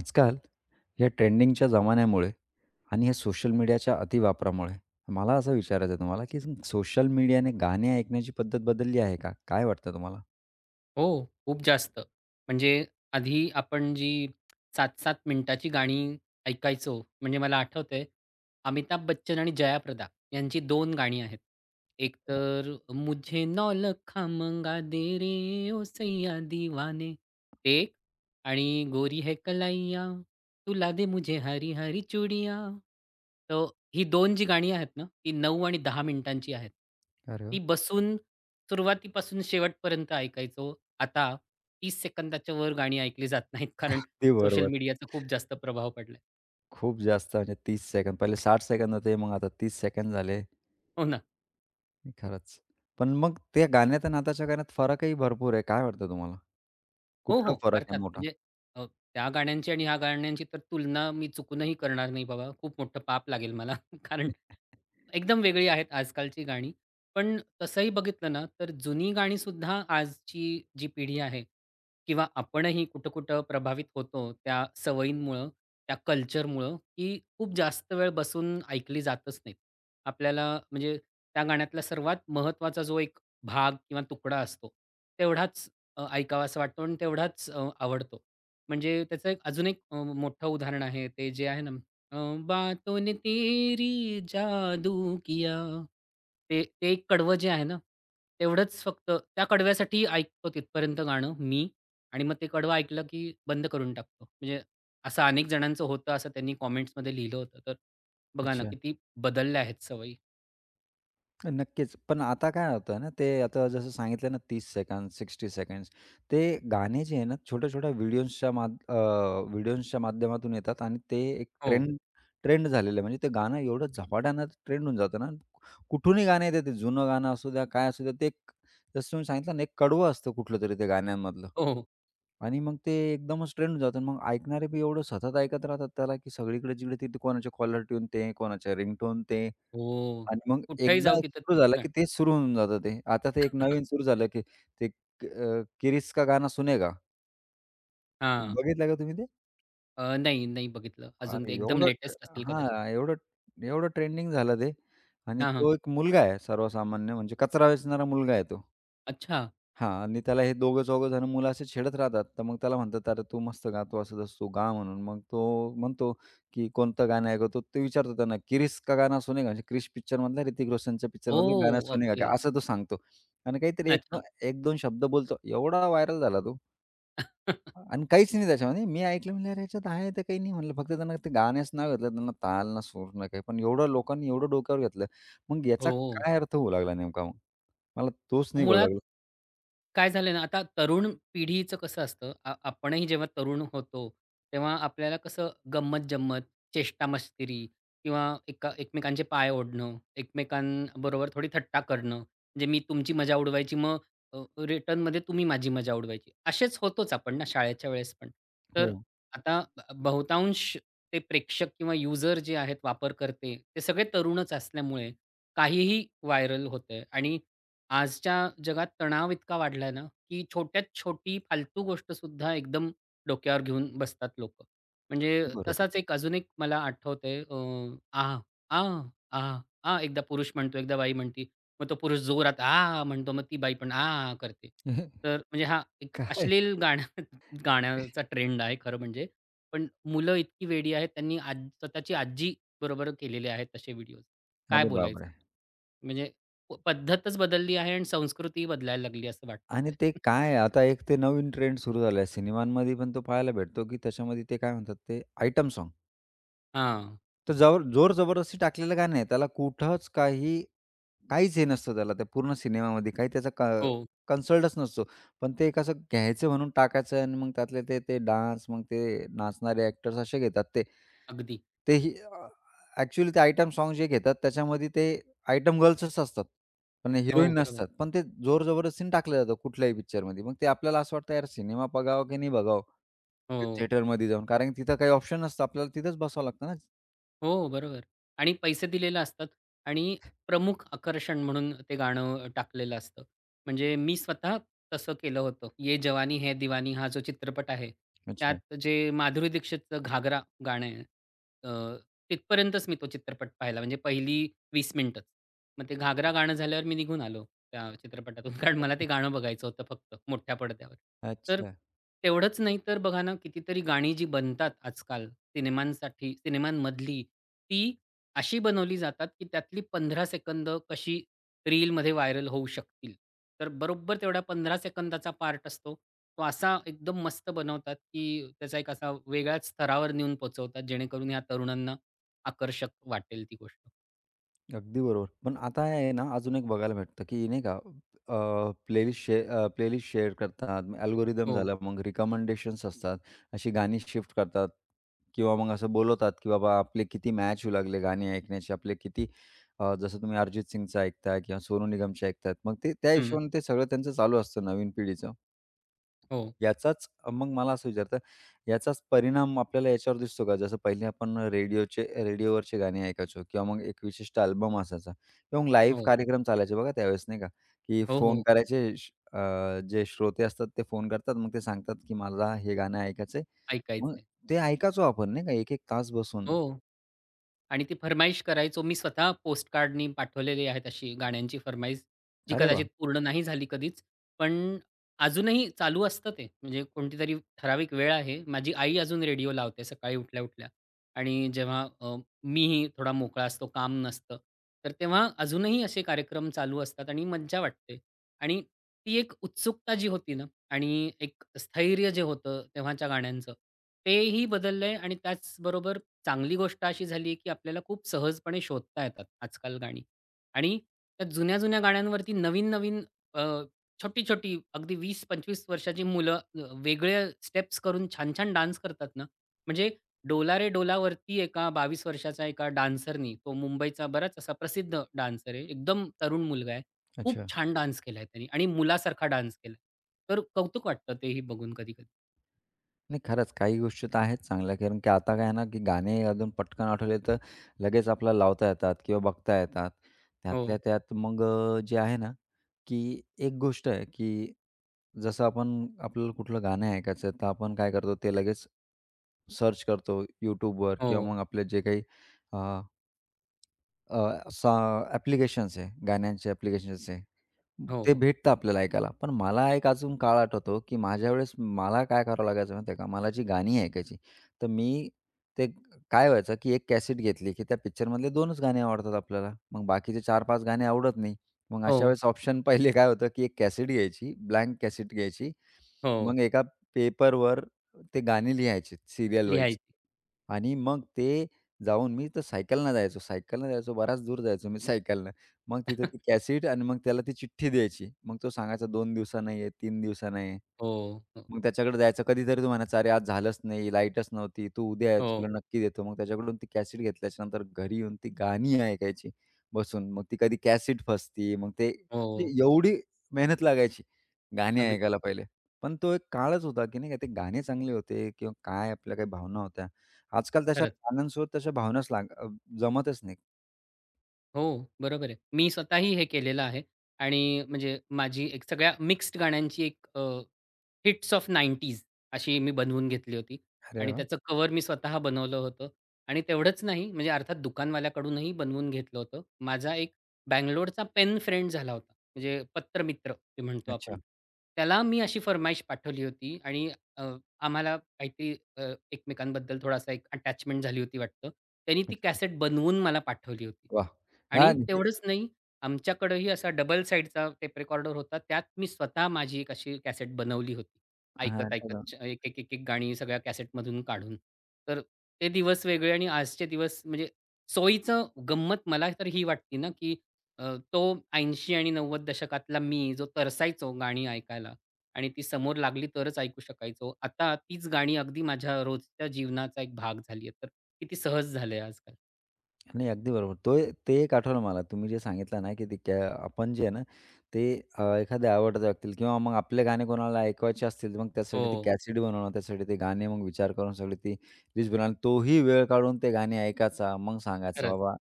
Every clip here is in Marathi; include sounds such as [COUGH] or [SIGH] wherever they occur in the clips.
आजकाल या ट्रेंडिंगच्या जमान्यामुळे आणि या सोशल मीडियाच्या अतिवापरामुळे मला असं विचारायचं आहे तुम्हाला, की सोशल मीडियाने गाणे ऐकण्याची पद्धत बदलली आहे का? काय वाटतं तुम्हाला? हो, खूप जास्त. म्हणजे आधी आपण जी 7-7 मिनिटाची गाणी ऐकायचो, म्हणजे मला आठवतंय, अमिताभ बच्चन आणि जयाप्रदा यांची दोन गाणी आहेत. एक तर "मुझे नौलखा मंगा दे रे ओ सैय्या दीवाने" ते आणि गोरी है कलाइया, तुला दे मुझे हरी हरी चुडिया. तर ही 2 जी गाणी आहेत ना, ती 9 आणि 10 मिनिटांची आहेत. अरे वाह! अगदी ती बसून सुरुवातीपासून शेवटपर्यंत ऐकायचो. आता 30 सेकंदाच्या वर गाणी ऐकली जात नाहीत, कारण [LAUGHS] सोशल बरोबर. मीडियाचा खूप जास्त प्रभाव पडलाय. खूप जास्त म्हणजे 30 सेकंद. पहिले 60 सेकंद होते, मग आता 30 सेकंद झाले. हो ना. खरंच. पण मग त्या गाण्यात आणि आताच्या गाण्यात फरकही भरपूर आहे. काय वाटतं तुम्हाला? हो, कुठला हो. फरक आहे अर्थात मोठा? म्हणजे अ, त्या गाण्यांची आणि ह्या गाण्यांची तर तुलना मी चुकूनही करणार नाही बाबा. खूप मोठं पाप लागेल मला. [LAUGHS] कारण एकदम वेगळी आहेत आजकालची गाणी. पण तसंही बघितलं ना, तर जुनी गाणी गाणीसुद्धा आजची जी पिढी आहे किंवा आपणही कुठं-कुठं प्रभावित होतो त्या सवयींमुळं, त्या कल्चरमुळं, की खूप जास्त वेळ बसून ऐकली जातच नाहीत. आपल्याला म्हणजे त्या गाण्यातला सर्वात महत्त्वाचा जो एक भाग किंवा तुकडा असतो, तेवढाच ऐकावासा वाटतो आणि तेवढाच आवडतो. म्हणजे त्याचं एक अजून एक मोठं उदाहरण आहे ते जे आहे ना अ, बातों ने तेरी जादू किया. ते ते एक कडवं जे आहे ना, तेवढंच फक्त त्या कडव्यासाठी ऐकतो तिथपर्यंत गाणं मी आणि मग ते कडवं ऐकलं की बंद करून टाकतो. म्हणजे असं अनेक जणांचं होतं असं त्यांनी कमेंट्समध्ये लिहिलं होतं. तर बघा ना अच्छा. किती बदलल्या आहेत सवयी. नक्कीच. पण आता काय होतं ना, ते आता जसं सांगितलं ना 30 सेकंड्स, 60 सेकंड्स ते गाणे जे आहे ना, छोट्या-छोट्या व्हिडिओजच्या माध्यमातून येतात आणि ते एक हो. ट्रेंड ट्रेंड झालेलं आहे. म्हणजे ते गाणं एवढं झपाट्यानं ट्रेंड होऊन जातं ना, कुठूनही गाणं येतं ते जुनं गाणं असू द्या, काय असू द्या, ते एक जसं तुम्ही सांगितलं ना, एक कडवं असतं कुठलं तरी ते गाण्यांमधलं हो, हो. आणि मग ते एकदमच ट्रेंड होऊन जातं मग ऐकणारे बी एवढं सतत ऐकत राहतात त्याला, की सगळीकडे जिकडे तिथे कोणाच्या कॉलर ट्यून ते, कोणाच्या रिंगटोन ते. हो. आणि मग कुठेही जाऊ एकदा एक तिथं सुरू तीच झालं, की गाणी. तेच सुरू होऊन जातं ते. आता ते एक नवीन सुरू झालं, की "किरीस का गाना सुनेगा." हां. बघितलं का तुम्ही ते? नाही, नाही बघितलं. अजून अरे ते एकदम एवढं ट्रे लेटेस्ट असेल कदाचित. हां, एवढं एवढं ट्रेंडिंग झालं ते आणि हां, हां. तो एक मुलगा आहे सर्वसामान्य म्हणजे कचरा वेचणारा मुलगा आहे तो. अच्छा. हां आणि त्याला हे दोघं-चौघं जण मुलं असे छेडत राहतात. तर मग त्याला म्हणतात, "अरे तू मस्त गातो, असं-तसं तू गा" म्हणून. मग तो म्हणतो, की "कोणतं गाणं ऐकतो?" तो विचारतो त्यांना, "क्रिस का गाना सुनेगा?" म्हणजे क्रिश पिक्चरमधला ऋतिक रोशनच्या पिक्चरमधला गाणं ओह! सुनेगा ओके. का? असं तो सांगतो. आणि काहीतरी अच्छा. 1 शब्द बोलतो. एवढा व्हायरल झाला तो [LAUGHS] आणि काहीच नाही त्याच्यामध्ये. मी ऐकलं म्हणलं, "अरे याच्यात आहे तर काही नाही." म्हणलं. फक्त त्यांना ते गाण्याचं नाव घेतलं. त्यांना ताल ना, सूर ना काही. पण एवढं लोकांनी एवढं डोक्यावर घेतलं. मग याचा हो. काय अर्थ होऊ लागला नेमका मग? मला तोच नाही कळू मुळात लागला. काय झालं ना, आता तरुण पिढीचं कसं असतं, आपणही जेव्हा तरुण होतो, तेव्हा आपल्याला कसं गंमत जम्मत चेष्टा-मस्करी किंवा एका एकमेकांचे पाय ओढणं, एकमेकांबरोबर थोडी थट्टा करणं, म्हणजे मी तुमची मजा उडवायची, मग अ, रिटर्नमध्ये तुम्ही माझी मजा उडवायची. असेच होतोच आपण ना शाळेच्या वेळेस पण. हो, तर आता बहुतांश ते प्रेक्षक किंवा युजर जे आहेत, वापरकर्ते, ते सगळे तरुणच असल्यामुळे काहीही व्हायरल होतंय आणि आजच्या जगात तणाव इतका वाढलाय ना, की छोट्यात छोटी फालतू गोष्टसुद्धा एकदम डोक्यावर घेऊन बसतात लोकं. म्हणजे बरोबर. तसाच एक अजून एक मला आठवतंय आह, आह, आह, आह, एकदा पुरुष म्हणतो, एकदा बाई म्हणते. मग तो पुरुष जोरात आह म्हणतो, मग ती बाई पण आह करते. [LAUGHS] तर म्हणजे हा एक काय? अश्लील गाण्या [LAUGHS] गाण्याचा ट्रेंड आहे खरं म्हणजे. पण मुलं इतकी वेडी आहेत, त्यांनी आज स्वतःची आजी बरोबर केलेले आहेत तसे व्हिडिओज. काय अरे बोलायचं बापरे! आता? म्हणजे पद्धतच बदलली आहे आणि संस्कृतीही बदलायला लागली असं आणि वाटतंय. ते काय आता एक ते नवीन ट्रेंड सुरू झाला आहे सिनेमांमध्ये पण तो पाहायला भेटतो, की त्याच्यामध्ये ते काय म्हणतात ते आयटम सॉन्ग. हां. तर जोर-जबरदस्ती टाकलेलं गाणं आहे. त्याला कुठंच काही काहीच हे नसतं त्याला, त्या पूर्ण सिनेमामध्ये काही त्याचा क हो. कन्सर्टच नसतो. पण ते कसं घ्यायचं म्हणून टाकायचं आणि मग त्यातले ते ते डान्स, मग ते नाचणारे ॲक्टर्स असे घेतात ते. अगदी. ते ही अ, ॲक्चुअली ते आयटम सॉन्ग जे घेतात त्याच्यामध्ये ते आयटम गर्ल्सच असतात. पण हिरोईन हो, बरोबर. नसतात. पण ते जोर-जबरदस्तीने टाकलं जातं कुठल्याही पिक्चरमध्ये. मग ते आपल्याला असं वाटतं यार सिनेमा बघावा की नाही बघावं? हो. थिएटरमध्ये जाऊन. कारण की तिथं काही ऑप्शन नसतं. आपल्याला तिथेच बसावं लागतं ना. हो, बरोबर. आणि पैसे दिलेले असतात आणि प्रमुख आकर्षण म्हणून ते गाणं टाकलेलं असतं. म्हणजे मी स्वतः तसं केलं होतं. "ये जवानी है दिवानी हा जो चित्रपट आहे, अच्छा. त्यात जे माधुरी दीक्षितचं "घाघरा" गाणं आहे, अ, तिथपर्यंतच मी तो चित्रपट पाहिला. म्हणजे पहिली 20 मिनिटंच. मग ते "घाघरा" गाणं झाल्यावर मी निघून आलो त्या चित्रपटातून. कारण मला ते गाणं बघायचं होतं फक्त मोठ्या पडद्यावर. तर अच्छा तेवढंच नाही तर बघा ना, कितीतरी गाणी जी बनतात आजकाल सिनेमांसाठी सिनेमांमधली ती अशी बनवली जातात, की त्यातली 15 सेकंद कशी रीलमध्ये व्हायरल होऊ शकतील. तर बरोबर तेवढा 15 सेकंदाचा पार्ट असतो. तो असा एकदम मस्त बनवतात, की त्याचा एक असा वेगळ्याच स्तरावर नेऊन पोहोचवतात, जेणेकरून या तरुणांना आकर्षक वाटेल ती गोष्ट. अगदी बरोबर. पण आता आहे ना, अजून एक बघायला भेटतं, की नाही का प्लेलिस्ट शे प्लेलिस्ट शेअर करतात. मग अल्गोरिदम हो. झालं, मग रिकमेंडेशन्स असतात. अशी गाणी शिफ्ट करतात किंवा मग असं बोलवतात, की बाबा आपले किती मॅच होऊ लागले गाणी ऐकण्याचे, जसं तुम्ही अरिजित सिंगचं ऐकताय किंवा सोनू निगमचे ऐकताय. मग ते त्या हं. हिशोबाने ते सगळं त्यांचं चालू असतं नवीन पिढीचं. हो, याचाच अ, मग मला असं विचारतं, याचाच परिणाम आपल्याला याच्यावर दिसतो का? जसं पहिले आपण रेडिओवरचे गाणे ऐकायचो किंवा मग एक विशिष्ट अल्बम असायचा किंवा मग लाईव्ह हो. कार्यक्रम चालायचे बघा त्यावेळेस नाही का, की हो, फोन हो. करायचे श अ, जे श्रोते असतात ते फोन करतात. मग ते सांगतात, की "मला हे गाणं ऐकायचंय." मग ऐकायचंय. ते ऐकायचो आपण नाही का, 1-1 तास बसून. हो. आणि ती फर्माईश करायचो. मी स्वतः पोस्टकार्डनी पाठवलेली आहेत अशी गाण्यांची फर्माईश, जी अरे वाह! कदाचित पूर्ण नाही झाली कधीच. पण अजूनही चालू असतं ते. म्हणजे कोणतीतरी ठराविक वेळ आहे. माझी आई अजून रेडिओ लावते सकाळी उठल्या-उठल्या आणि जेव्हा मीही थोडा मोकळा असतो, काम नसतं, तर तेव्हा अजूनही असे कार्यक्रम चालू असतात आणि मज्जा वाटते. आणि ती एक उत्सुकता जी होती ना आणि एक स्थैर्य जे होतं तेव्हाच्या गाण्यांचं, तेही बदललंय आणि त्याचबरोबर चांगली गोष्ट अशी झाली आहे, की आपल्याला खूप सहजपणे शोधता येतात आजकाल गाणी. आणि त्या जुन्या-जुन्या गाण्यांवरती नवीन-नवीन अ, छोटी-छोटी अगदी 20-25 वर्षाची मुलं वेगळ्या स्टेप्स करून छान-छान डान्स करतात ना, म्हणजे "डोला रे डोलावरती" एका 22 वर्षाचा एका डान्सरनी, तो मुंबईचा बराच असा प्रसिद्ध डान्सर आहे, एकदम तरुण मुलगा आहे. खूप अच्छा. छान डान्स केलाय त्यानी आणि मुलासारखा डान्स केलाय. तर कौतुक वाटतं तेही बघून कधी-कधी. नाही खरंच काही गोष्टी तर आहेत चांगल्या, कारण की आता काय आहे ना, की गाणे अजून पटकन आठवले तर लगेच आपल्याला लावता येतात किंवा बघता येतात. त्यातल्या हो, त्यात मग अ, जे आहे ना, की एक गोष्ट आहे, की जसं आपण आपल्याला कुठलं गाणं ऐकायचं आहे, तर आपण काय करतो ते लगेच सर्च करतो YouTubeवर किंवा हो, मग आपले जे काही अ, सा ॲप्लिकेशन्स आहे, गाण्यांचे ॲप्लिकेशन्स आहे. हो, ते हो, भेटतं आपल्याला ऐकायला. पण मला एक अजून काळ आठवतो, की माझ्या वेळेस मला काय करावं लागायचं माहिती आहे का? मला जी गाणी ऐकायची, तर मी ते काय व्हायचं, की एक कॅसेट घेतली, की त्या पिक्चरमधले 2च गाणी आवडतात आपल्याला. मग बाकीचे 4-5 गाणी आवडत नाही. मग हो, अशा वेळेस ऑप्शन [LAUGHS] पहिले काय होतं, की एक कॅसेट घ्यायची, ब्लँक कॅसेट घ्यायची. हो. मग एका पेपरवर ते गाणी लिहायची सीरियल वाईज. लिहायची. आणि मग ते जाऊन मी तर सायकलनं जायचो, सायकलनं जायचो, बराच दूर जायचो मी सायकलनं. मग तिथं ती कॅसेट आणि मग त्याला ती चिठ्ठी द्यायची. मग तो सांगायचा दोन दिवसानं ये, तीन दिवसानं ये. हो, हो, मग त्याच्याकडे द्यायचं. कधीतरी तो म्हणायचा, "अरे, आज झालंच नाही, लाईटच नव्हती. तू उद्या ये, हो, तुला नक्की देतो." मग त्याच्याकडून ती कॅसेट घेतल्याच्या नंतर घरी येऊन ती गाणी ऐकायची बसून. मग ती कधी कॅसेट फसती. मग ते हो. म्हणजे एवढी मेहनत लागायची गाणी अगदी ऐकायला पहिले. पण तो एक काळच होता, की नाही का ते गाणे चांगले होते किंवा काय आपल्या काही भावना होत्या. आजकाल तशा खरंच. गाण्यांसोबत तशा भावनाच लाग अ, जमतच नाही. हो, बरोबर आहे. मी स्वतःही हे केलेलं आहे आणि म्हणजे माझी एक सगळ्या मिक्स्ड गाण्यांची एक हिट्स ऑफ 90s अशी मी बनवून घेतली होती अरे आणि वाह! त्याचं कवर मी स्वतः बनवलं होतं आणि तेवढंच नाही म्हणजे अर्थात दुकानवाल्याकडूनही बनवून घेतलं होतं. माझा एक बंगलोरचा पेन फ्रेंड झाला होता. म्हणजे पत्रमित्र ते म्हणतो आपण. अच्छा. त्याला मी अशी फर्माईश पाठवली होती आणि आम्हाला काहीतरी एकमेकांबद्दल थोडासा एक अटॅचमेंट झाली होती वाटतं. त्यांनी ती अच्छा, कॅसेट बनवून मला पाठवली होती. वाह! हां, आणि म्हणजे तेवढंच नाही, आमच्याकडंही असा डबल साइडचा टेप रेकॉर्डर होता. त्यात मी स्वतः माझी एक अशी कॅसेट बनवली होती. हां. ऐकत-ऐकत एक, एक, एक, एक गाणी सगळ्या कॅसेटमधून काढून. तर ते दिवस वेगळे आणि आजचे दिवस म्हणजे सोयीचं गंमत मला तर ही वाटते ना, की तो 80 आणि 90 दशकातला मी जो तरसायचो गाणी ऐकायला, आणि ती समोर लागली तरच ऐकू शकायचो. आता तीच गाणी अगदी माझ्या रोजच्या जीवनाचा एक भाग झाली आहे. तर किती सहज झालंय आजकाल. नाही, अगदी बरोबर. तो ते एक आठवलं मला. तुम्ही जे सांगितलं ना, की ते क्या आपण जे आहे ना, ते एखाद्या आवडत्या व्यक्तीला किंवा मग आपले गाणे कोणाला ऐकवायचे असतील, मग त्यासाठी ती हो, कॅसेट बनवणं, त्यासाठी ते गाणे मग विचार करून सगळी ती लिस्ट बनवणं. तोही वेळ काढून ते गाणे ऐकायचा, मग सांगायचा खरंच. बाबा.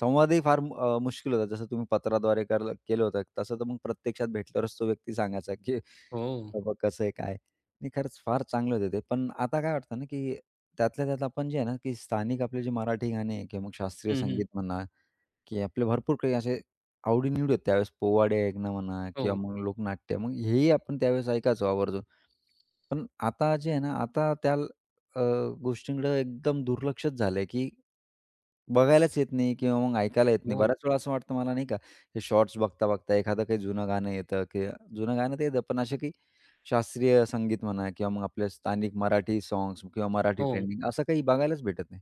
संवादही मुश्किल होता. जसं तुम्ही पत्राद्वारे केलं होतं, तसं तर मग प्रत्यक्षात भेटल्यावरच तो व्यक्ती सांगायचा, की हो. बाबा कसं आहे, काय नाही, खरंच फार चांगले होते ते. पण आता काय वाटतं ना, की त्यातल्या त्यात आपण जे आहे ना, की स्थानिक आपले जे मराठी गाणे आहे किंवा मग शास्त्रीय हं, हं. संगीत म्हणा, की आपले भरपूर काही असे आवडी-निवडी होते त्यावेळेस. पोवाडे ऐकणं म्हणा किंवा हो, मग लोकनाट्य. मग हेही आपण त्यावेळेस ऐकायचो आवर्जून. पण आता जे आहे ना, अ, एकदम दुर्लक्षच झालंय, की बघायलाच येत नाही किंवा मग ऐकायला येत नाही. हो, बऱ्याच वेळा असं वाटतं मला नाही का, हे शॉर्ट्स बघता-बघता एखादं काही जुनं गाणं येतं किंवा जुनं गाणं तर येतं, पण असे की शास्त्रीय संगीत म्हणा किंवा मग आपले स्थानिक मराठी साँग्स किंवा मराठी हो. ट्रेंडिंग असं काही बघायलाच भेटत नाही.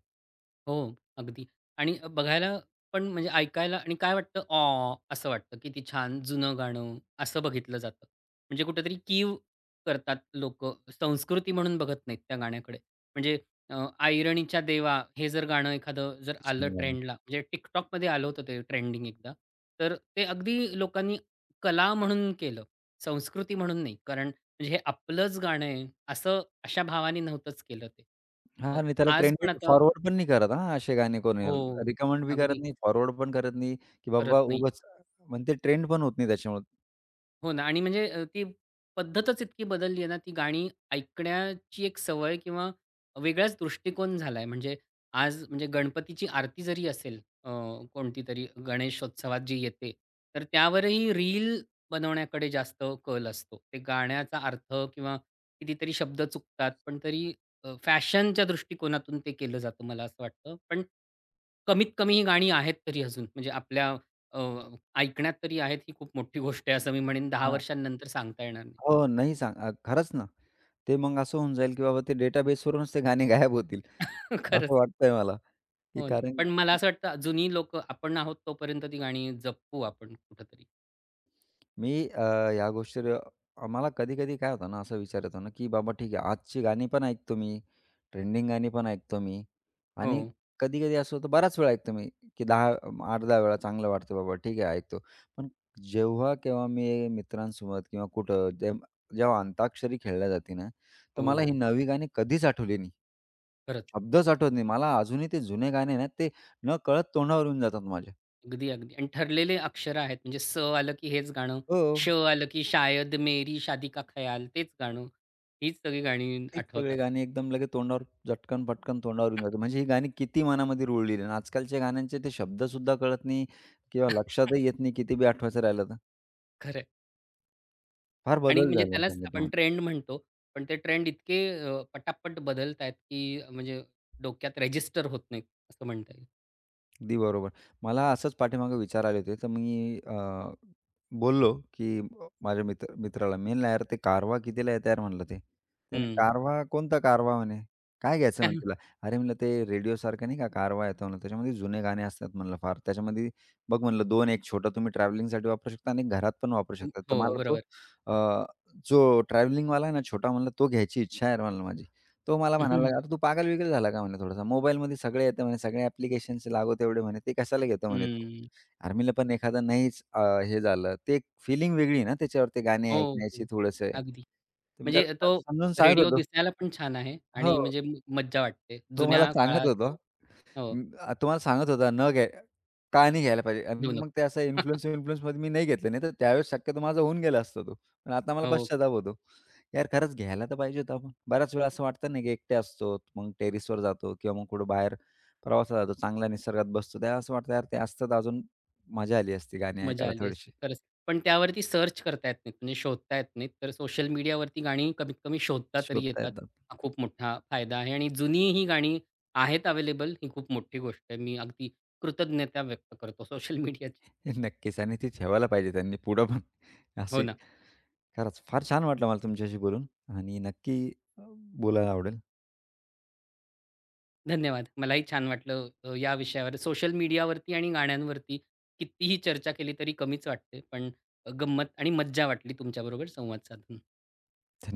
हो, अगदी. आणि बघायला पण म्हणजे ऐकायला आणि काय वाटतं, "ऑ" असं वाटतं. किती छान जुनं गाणं असं बघितलं जातं. म्हणजे कुठेतरी कीव करतात लोक संस्कृती म्हणून बघत नाहीत त्या गाण्याकडे. म्हणजे अ, "ऐरणीच्या देवा" हे जर गाणं एखादं जर किती आलं छान गाणं. ट्रेंडला, म्हणजे TikTokमध्ये आलं होतं ते ट्रेंडिंग एकदा. तर ते अगदी लोकांनी कला म्हणून केलं, संस्कृती म्हणून नाही. कारण म्हणजे हे आपलंच गाणं आहे, असं अशा भावाने नव्हतंच केलं ते. हां, अ, आणि त्याला आज ट्रेंडही पण आता फॉरवर्ड पण नाही करत हां, असे गाणे कोणी हो. रिकमेंड बी करत अगदी नाही, फॉरवर्ड पण करत नाही, की बाबा करत नाही. उगाच म्हणजे ते ट्रेंड पण होत नाही त्याच्यामुळे. हो ना आणि म्हणजे ती पद्धतच इतकी बदलली आहे ना, ती गाणी ऐकण्याची एक सवय किंवा वेगळाच दृष्टिकोन झालाय. म्हणजे आज म्हणजे गणपतीची आरती जरी असेल कोणतीतरी गणेशोत्सवात जी येते, तर त्यावरही रील बनवण्याकडे जास्त कल असतो. ते गाण्याचा अर्थ किंवा कितीतरी शब्द चुकतात, पण तरी फॅशनच्या दृष्टिकोनातून ते केलं जातं मला असं वाटतं. पण कमीत कमी ही गाणी आहेत तरी अजून म्हणजे आपल्या अ, ऐकण्यात तरी आहेत ही खूप मोठी गोष्ट आहे असं मी म्हणेन 10 हां. वर्षांनंतर सांगता येणार नाही. हो, खरंच ना. ते मग असं होऊन जाईल, की बाबा ते डेटाबेसवरूनच ते गाणे गायब होतील, [LAUGHS] खरंच. असं वाटतंय मला, की हो ना. कारण पण मला असं वाटतं जुनी लोक आपण आहोत तोपर्यंत ती गाणी जपू आपण कुठेतरी. मी अ, या गोष्टीवर मला कधी-कधी काय होतं ना, असा विचार येतो ना, की बाबा ठीक आहे, आजची गाणी पण ऐकतो मी, ट्रेंडिंग गाणी पण ऐकतो मी हो, आणि कधी-कधी असं होतं बराच वेळा ऐकतो मी, की 10 8-10 वेळा चांगलं वाटतं बाबा ठीक आहे ऐकतो. पण जेव्हा केव्हा मी मित्रांसोबत किंवा कुठं जे जेव्हा अंताक्षरी खेळल्या जाते ना, तर मला ही हो. नवी गाणी कधीच आठवली नाही. खरंच. शब्दच आठवत नाही. मला अजूनही ते जुने गाणे ना, ते नकळत तोंडावर येऊन जातात माझ्या. अगदी, अगदी. आणि ठरलेले अक्षर आहेत म्हणजे स आलं की हेच गाणं, हो. श आलं की शायद मेरी शादी का ख्याल तेच गाणं. हीच सगळी गाणी तेच सगळे आठवतात. गाणी एकदम लगेच तोंडावर झटकन पटकन तोंडावर येऊन जाते. म्हणजे ही गाणी किती मनामध्ये रुळलेली आणि आजकालच्या गाण्यांचे ते शब्द सुद्धा कळत नाही किंवा लक्षातही येत नाही किती बी आठवायचं राहिलं तर. खरं फार आणि बदल म्हणजे झाला त्यालाच आपण संगीतामध्ये. ट्रेंड म्हणतो. पण ते ट्रेंड इतके पटापट बदलतायत की म्हणजे डोक्यात रजिस्टर होत नाहीत असं म्हणता अगदी बरोबर. मला असंच पाठीमागे विचार आले होते, तर बोललो, की माझ्या मित्राला मी म्हणलं, "यार ते कारवा कितीला येतं यार?" म्हणलं ते. त्याने, हं. "कारवा? कोणता कारवा?" म्हणे. "काय घ्यायचं आहे?" म्हणे तुला. [LAUGHS] "अरे," म्हणलं, "ते रेडिओसारखं नाही का कारवा येतं म्हणलं, त्याच्यामध्ये जुने गाणे असतात म्हणलं फार. त्याच्यामध्ये बघ म्हणलं 2 एक छोटं तुम्ही ट्रॅव्हलिंगसाठी वापरू शकता आणि घरात पण वापरू शकता." तर हो, मला तो बरोबर. अ, जो ट्रॅव्हलिंगवाला आहे ना छोटा म्हणलं, "तो घ्यायची इच्छा आहे यार म्हणलं माझी." तो मला म्हणायला लागला, "अरे [LAUGHS] तू पागल बिगल झाला का?" म्हणे थोडासा. "मोबाईलमध्ये सगळे येतं म्हणे, सगळे ॲप्लिकेशन्स लागो तेवढे म्हणे, ते कशाला घेतो म्हणे तू?" हं. अरे म्हणलं, पण एखादं नाहीच अ, हे झालं, ते एक फिलिंग वेगळी ना त्याच्यावर ते गाणे हो, ऐकण्याची हो. थोडंसं. अगदी. तर मी म्हणजे तो त्याला समजून सांगत रेडिओ होतो दिसायला पण छान आहे हो. आणि म्हणजे मज्जा वाटते. तो मला जुन्या सांगत होता, काळातलं हो, तो सांगत होता न घ्याय का नाही घ्यायला पाहिजे आणि देऊ मग नको. ते असं इन्फ्लुअन्स [LAUGHS] विन्फ्लुअन्समध्ये मी नाही घेतलं. नाही तर त्यावेळेस शक्यतो माझा होऊन गेला असता तो. पण आता मला हो, पश्चाताप होतो. यार, खरंच घ्यायला तर पाहिजे होतं आपण. बऱ्याच वेळा असं वाटतं ना, की एकटे असतो, मग टेरेसवर जातो किंवा मग कुठं बाहेर प्रवासाला जातो, चांगल्या निसर्गात बसतो. तेव्हा असं वाटतं, यार ते असतं तर अजून मजा आली असती गाणी मजा ऐकायला आली थोडीशी. असती खरंच. पण त्यावरती सर्च करता येत नाहीत, म्हणजे शोधता येत नाहीत. तर सोशल मीडियावरती गाणी कमीत कमी शोधता तरी शोधता येतात. येतात. हा खूप मोठा फायदा आहे आणि जुनी ही गाणी आहेत अवेलेबल ही खूप मोठी गोष्ट आहे. मी अगदी कृतज्ञता व्यक्त करतो सोशल मीडियाची. हे नक्कीच आणि ती ठेवायला पाहिजे त्यांनी पुढं पण. हो असे ना. खरंच फार छान वाटलं मला तुमच्याशी बोलून आणि अ, बोलायला आवडेल. धन्यवाद. मलाही छान वाटलं या विषयावर. सोशल मीडियावरती आणि गाण्यांवरती कितीही चर्चा केली तरी कमीच वाटते. पण गंमत आणि मज्जा वाटली तुमच्याबरोबर संवाद साधून. धन्यवाद.